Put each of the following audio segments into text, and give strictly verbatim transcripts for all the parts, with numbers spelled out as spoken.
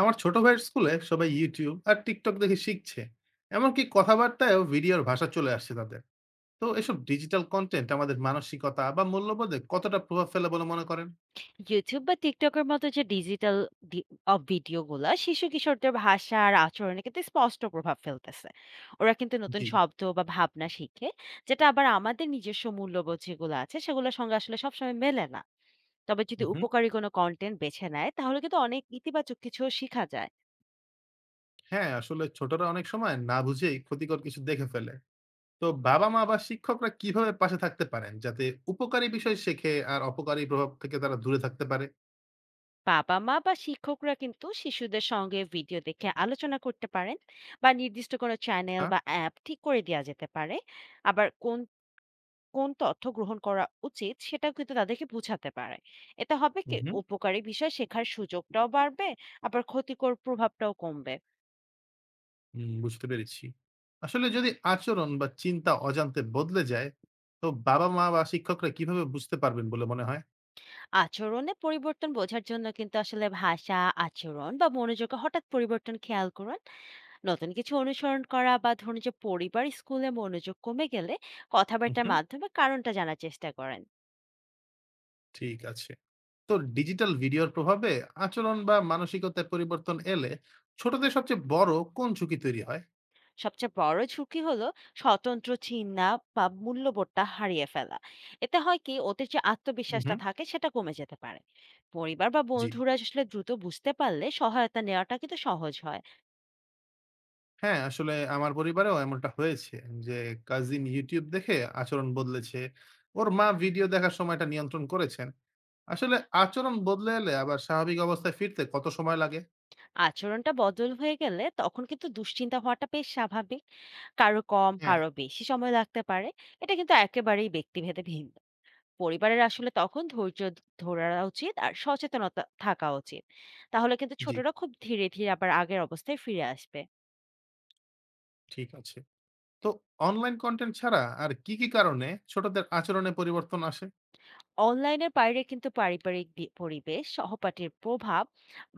আমার ছোট ভাইয়ের স্কুলে সবাই ইউটিউব আর টিকটক দেখে শিখছে। এমনকি কথাবার্তায়ও ভিডিওর ভাষা চলে আসছে তাদের। তো এসব ডিজিটাল কন্টেন্ট আমাদের মানসিকতা বা মূল্যবোধে কতটা প্রভাব ফেলে বলে মনে করেন? YouTube বা TikTok এর মতো যে ডিজিটাল ডি অ ভিডিওগুলা শিশু কিশোরদের ভাষা আর আচরণে কিন্তু স্পষ্ট প্রভাব ফেলতেছে। ওরা কিন্তু নতুন জি। শব্দ বা ভাবনা শিখে, যেটা আবার আমাদের নিজস্ব মূল্যবোধ যেগুলো আছে সেগুলোর সঙ্গে আসলে সবসময় মেলে না। তবে যদি হুম। উপকারী কোনো কনটেন্ট বেছে নেয় তাহলে কিন্তু অনেক ইতিবাচক কিছুও শিখা যায়। হ্যাঁ, আসলে ছোটরা অনেক সময় না বুঝেই ক্ষতিকর কিছু দেখে ফেলে। তো বাবা মা বা শিক্ষকরা কিভাবে পাশে থাকতে পারেন যাতে উপকারী বিষয় শেখে আর অপকারী প্রভাব থেকে তারা দূরে থাকতে পারে? বাবা-মা বা শিক্ষকরা কিন্তু শিশুদের সঙ্গে ভিডিও দেখে আলোচনা করতে পারেন বা নির্দিষ্ট কোনো চ্যানেল হ্যাঁ। বা অ্যাপ ঠিক করে দেয়া যেতে পারে। আবার কোন কোন তথ্য গ্রহণ করা উচিত সেটা কিন্তু তাদেরকে বোঝাতে পারে। এতে হবে কি উপকারী বিষয় শেখার সুযোগটাও বাড়বে, আবার ক্ষতিকর প্রভাবটাও কমবে। হুম, বুঝতে পেরেছি। আসলে যদি আচরণ বা চিন্তা অজান্তে বদলে যায়, তো বাবা-মা বা শিক্ষকরা কিভাবে বুঝতে পারবেন বলে মনে হয়? আচরণে পরিবর্তন বোঝার জন্য কিন্তু আসলে ভাষা, আচরণ বা মনোযোগে হঠাৎ পরিবর্তন খেয়াল করুন। নতুন কিছু অনুসরণ করা বা ধরুন যে পরিবার স্কুলে মনোযোগ কমে গেলে হুম, কথাবার্তার হুম। মাধ্যমে কারণটা জানার চেষ্টা করেন। ঠিক আছে। তো ডিজিটাল ভিডিওর প্রভাবে আচরণ বা মানসিকতায় পরিবর্তন এলে ছোটদের সবচেয়ে বড় কোন ঝুঁকি তৈরি হয়? সবচেয়ে বড় ঝুঁকি হলো স্বতন্ত্র চিন্তা বা মূল্যবোধটা হারিয়ে ফেলা। এতে হয় কি ওদের যে হুম, আত্মবিশ্বাসটা হুম। থাকে সেটা কমে যেতে পারে। পরিবার বা জি। বন্ধুরা আসলে দ্রুত বুঝতে পারলে সহায়তা নেওয়াটা কিন্তু সহজ হয়। হ্যাঁ, আসলে আমার পরিবারেও এমনটা হয়েছে যে কাজিন YouTube দেখে আচরণ বদলেছে। ওর মা ভিডিও দেখার সময়টা নিয়ন্ত্রণ করেছেন। আসলে আচরণ বদলে এলে আবার স্বাভাবিক অবস্থায় ফিরতে কত সময় লাগে? আচরণটা বদল হয়ে গেলে তখন কিন্তু দুশ্চিন্তা হওয়াটা বেশ স্বাভাবিক। কারো কম হ্যাঁ, কারো বেশি সময় লাগতে পারে। এটা কিন্তু একেবারেই ব্যক্তিভেদে ভিন্ন। পরিবারের আসলে তখন ধৈর্য ধরা উচিত আর সচেতনতা থাকা উচিত। তাহলে কিন্তু জি। ছোটরা খুব ধীরে ধীরে আবার আগের অবস্থায় ফিরে আসবে। ঠিক আছে। তো অনলাইন কনটেন্ট ছাড়া আর কি, কি কারণে ছোটদের আচরণে পরিবর্তন আসে? অনলাইনের বাইরে কিন্তু পারিবারিক বি- পরিবেশ, সহপাঠীর প্রভাব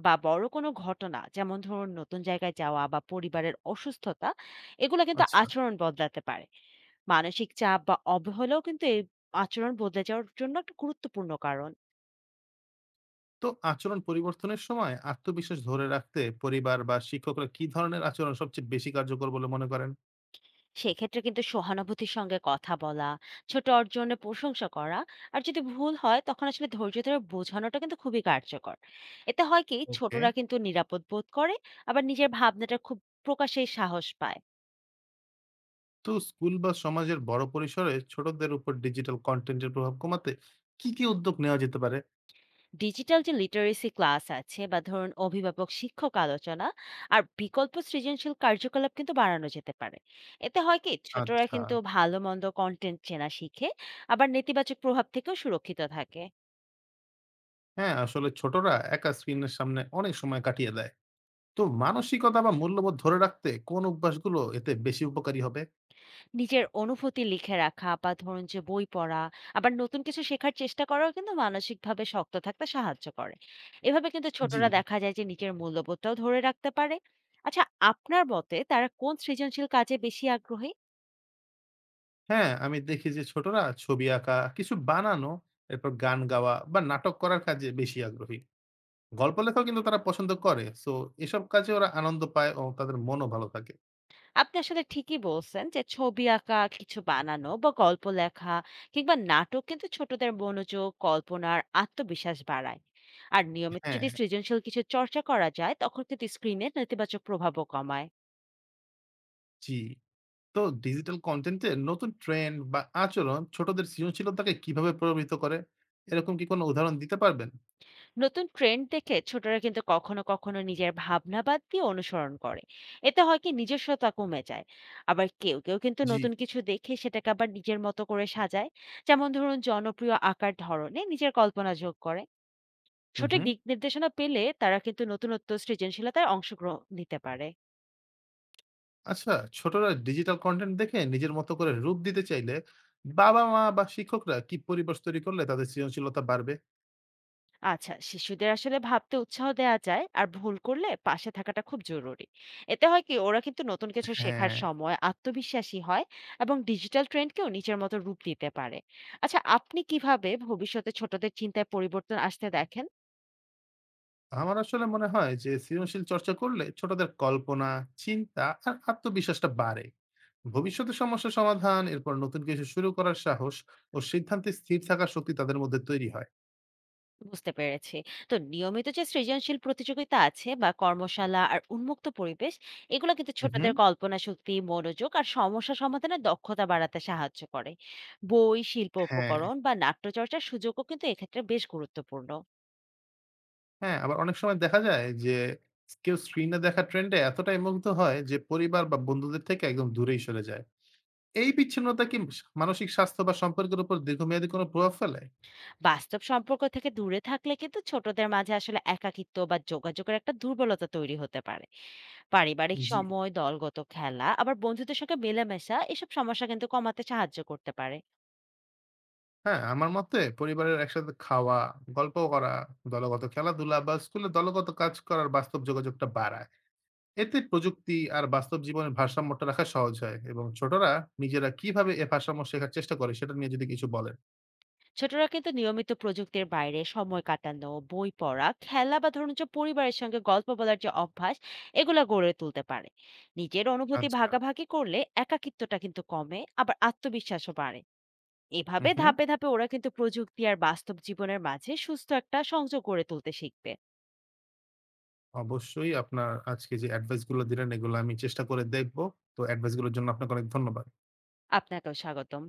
বা বড় কোনো ঘটনা, যেমন ধরুন নতুন জায়গায় যাওয়া বা পরিবারের অসুস্থতা, এগুলো কিন্তু আচ্ছা। আচরণ বদলাতে পারে। মানসিক চাপ বা অবহেলাও কিন্তু এই আচরণ বদলে যাওয়ার জন্য একটা গুরুত্বপূর্ণ কারণ। তো আচরণ পরিবর্তনের সময় আত্মবিশ্বাস ধরে রাখতে পরিবার বা শিক্ষকরা কি ধরনের আচরণ সবচেয়ে বেশি কার্যকর বলে মনে করেন? সেক্ষেত্রে কিন্তু সহানুভূতির সঙ্গে কথা বলা, ছোট অর্জনে প্রশংসা করা আর যদি ভুল হয় তখন আসলে ধৈর্য ধরে বোঝানোটা কিন্তু খুবই কার্যকর। এতে হয় কি ওকে। ছোটরা কিন্তু নিরাপদ বোধ করে, আবার নিজের ভাবনাটা খুব প্রকাশের সাহস পায়। তো স্কুল বা সমাজের বড় পরিসরে ছোটদের উপর ডিজিটাল কনটেন্টের প্রভাব কমাতে কি, কি উদ্যোগ নেওয়া যেতে পারে? ডিজিটাল যে লিটারেসি ক্লাস আছে বা ধরুন অভিভাবক শিক্ষক আলোচনা আর বিকল্প সৃজনশীল কার্যকলাপ কিন্তু বাড়ানো যেতে পারে। এতে হয় কি ছোটরা আচ্ছা। কিন্তু ভালো মন্দ কন্টেন্ট চেনা শিখে, আবার নেতিবাচক প্রভাব থেকেও সুরক্ষিত থাকে। হ্যাঁ, আসলে ছোটরা একা স্ক্রিনের সামনে অনেক সময় কাটিয়ে দেয়। তো মানসিকতা বা মূল্যবোধ ধরে রাখতে কোন অভ্যাসগুলো এতে বেশি উপকারী হবে? নিজের অনুভূতি লিখে রাখা বা ধরুন যে বই পড়া, আবার নতুন কিছু শেখার চেষ্টা করাও কিন্তু মানসিকভাবে শক্ত থাকতে সাহায্য করে। এভাবে কিন্তু জি। ছোটরা দেখা যায় যে নিজের মূল্যবোধটাও ধরে রাখতে পারে। আচ্ছা, আপনার মতে তারা কোন সৃজনশীল কাজে বেশি আগ্রহী? হ্যাঁ, আমি দেখি যে ছোটরা ছবি আঁকা, কিছু বানানো, এরপর গান গাওয়া বা নাটক করার কাজে বেশি আগ্রহী। গল্প লেখাও কিন্তু তারা পছন্দ করে। সো এসব কাজে ওরা আনন্দ পায় ও তাদের মনও ভালো থাকে। আপনি আসলে ঠিকই বলছেন যে ছবি আঁকা, কিছু বানানো বা গল্প লেখা কিংবা নাটক কিন্তু ছোটদের মনোযোগ, কল্পনার আত্মবিশ্বাস বাড়ায়। আর নিয়মিত হ্যাঁ, যদি সৃজনশীল কিছু চর্চা করা যায় তখন কিন্তু স্ক্রিনে নেতিবাচক প্রভাবও কমায়। জি। তো ডিজিটাল কনটেন্টে নতুন ট্রেন্ড বা আচরণ ছোটদের সৃজনশীলতাকে কিভাবে প্রভাবিত করে? এরকম কি কোনো উদাহরণ দিতে পারবেন? নতুন ট্রেন্ড দেখে ছোটরা কিন্তু কখনো কখনো নিজের ভাবনা বাদ দিয়ে অনুসরণ করে। এতে হয় কি নিজস্বতা কমে যায়। আবার কেউ কেউ কিন্তু জি। নতুন কিছু দেখে সেটাকে আবার নিজের মতো করে সাজায়। যেমন ধরুন জনপ্রিয় আঁকার ধরনে নিজের কল্পনা যোগ করে। হুম, সঠিক হুম। দিক নির্দেশনা পেলে তারা কিন্তু নতুনত্ব সৃজনশীলতায় অংশগ্রহণ নিতে পারে। আচ্ছা, ছোটরা ডিজিটাল কনটেন্ট দেখে নিজের মতো করে রূপ দিতে চাইলে বাবা-মা বা শিক্ষকরা কি পরিবেশ তৈরি করলে তাদের সৃজনশীলতা বাড়বে? আচ্ছা, শিশুদের আসলে ভাবতে উৎসাহ দেওয়া যায় আর ভুল করলে পাশে থাকাটা খুব জরুরি। এতে হয় কি ওরা কিন্তু নতুন কিছু শেখার হ্যাঁ। সময় আত্মবিশ্বাসী হয় এবং ডিজিটাল ট্রেন্ডকেও নিজের মতো রূপ দিতে পারে। আচ্ছা, আপনি কিভাবে ভবিষ্যতে ছোটদের চিন্তায় পরিবর্তন আসতে দেখেন? আমার আসলে মনে হয় যে সৃজনশীল চর্চা করলে ছোটদের কল্পনা, চিন্তা আর আত্মবিশ্বাসটা বাড়ে। ভবিষ্যতে সমস্যা সমাধান, এরপর নতুন কিছু শুরু করার সাহস ও সিদ্ধান্তে স্থির থাকার শক্তি তাদের মধ্যে তৈরি হয়। বুঝতে পেরেছি। তো নিয়মিত যে সৃজনশীল প্রতিযোগিতা আছে বা কর্মশালা আর উন্মুক্ত পরিবেশ, এগুলো কিন্তু হুম। ছোটদের কল্পনা শক্তি, মনোযোগ আর সমস্যা সমাধানের দক্ষতা বাড়াতে সাহায্য করে। বই, শিল্প হ্যাঁ, উপকরণ বা নাট্যচর্চার সুযোগও কিন্তু এক্ষেত্রে বেশ গুরুত্বপূর্ণ। হ্যাঁ, আবার অনেক সময় দেখা যায় যে কেউ স্ক্রিনে দেখা ট্রেন্ডে এতটাই মুগ্ধ হয় যে পরিবার বা বন্ধুদের থেকে একদম দূরেই সরে যায়। এই বিচ্ছিন্নতা কি মানসিক স্বাস্থ্য বা সম্পর্কের উপর দীর্ঘমেয়াদী কোনো প্রভাব ফেলে? বাস্তব সম্পর্ক থেকে দূরে থাকলে কিন্তু ছোটদের মাঝে আসলে একাকিত্ব বা যোগাযোগের একটা দুর্বলতা তৈরি হতে পারে। পারিবারিক জি। সময়, দলগত খেলা, আবার বন্ধুদের সঙ্গে মেলামেশা, এসব সমস্যা কিন্তু কমাতে সাহায্য করতে পারে। হ্যাঁ, আমার মতে পরিবারের একসাথে খাওয়া, গল্প করা, দলগত খেলাধুলা বা স্কুলে দলগত কাজ করার বাস্তব যোগাযোগটা বাড়ায়। এতে প্রযুক্তি আর বাস্তব জীবনের ভারসাম্যটা রাখা সহজ হয় এবং ছোটরা নিজেরা কিভাবে এ ভারসাম্য শেখার চেষ্টা করে সেটা নিয়ে যদি কিছু বলেন। ছোটরা কিন্তু নিয়মিত প্রযুক্তির বাইরে সময় কাটানো, বই পড়া, খেলা বা ধরুন যে পরিবারের সঙ্গে গল্প বলার যে অভ্যাস, এগুলো গড়ে তুলতে পারে। নিজের অনুভূতি আচ্ছা। ভাগাভাগি করলে একাকিত্বটা কিন্তু কমে, আবার আত্মবিশ্বাসও বাড়ে। হু, এভাবে হু। ধাপে ধাপে ওরা কিন্তু প্রযুক্তি আর বাস্তব জীবনের মাঝে সুস্থ একটা সংযোগ গড়ে তুলতে শিখবে। অবশ্যই আপনার আজকে যে এডভাইস গুলো দিলেন এগুলো আমি চেষ্টা করে দেখব। তো এডভাইস গুলোর জন্য আপনাকে অনেক ধন্যবাদ। আপনাকেও স্বাগতম।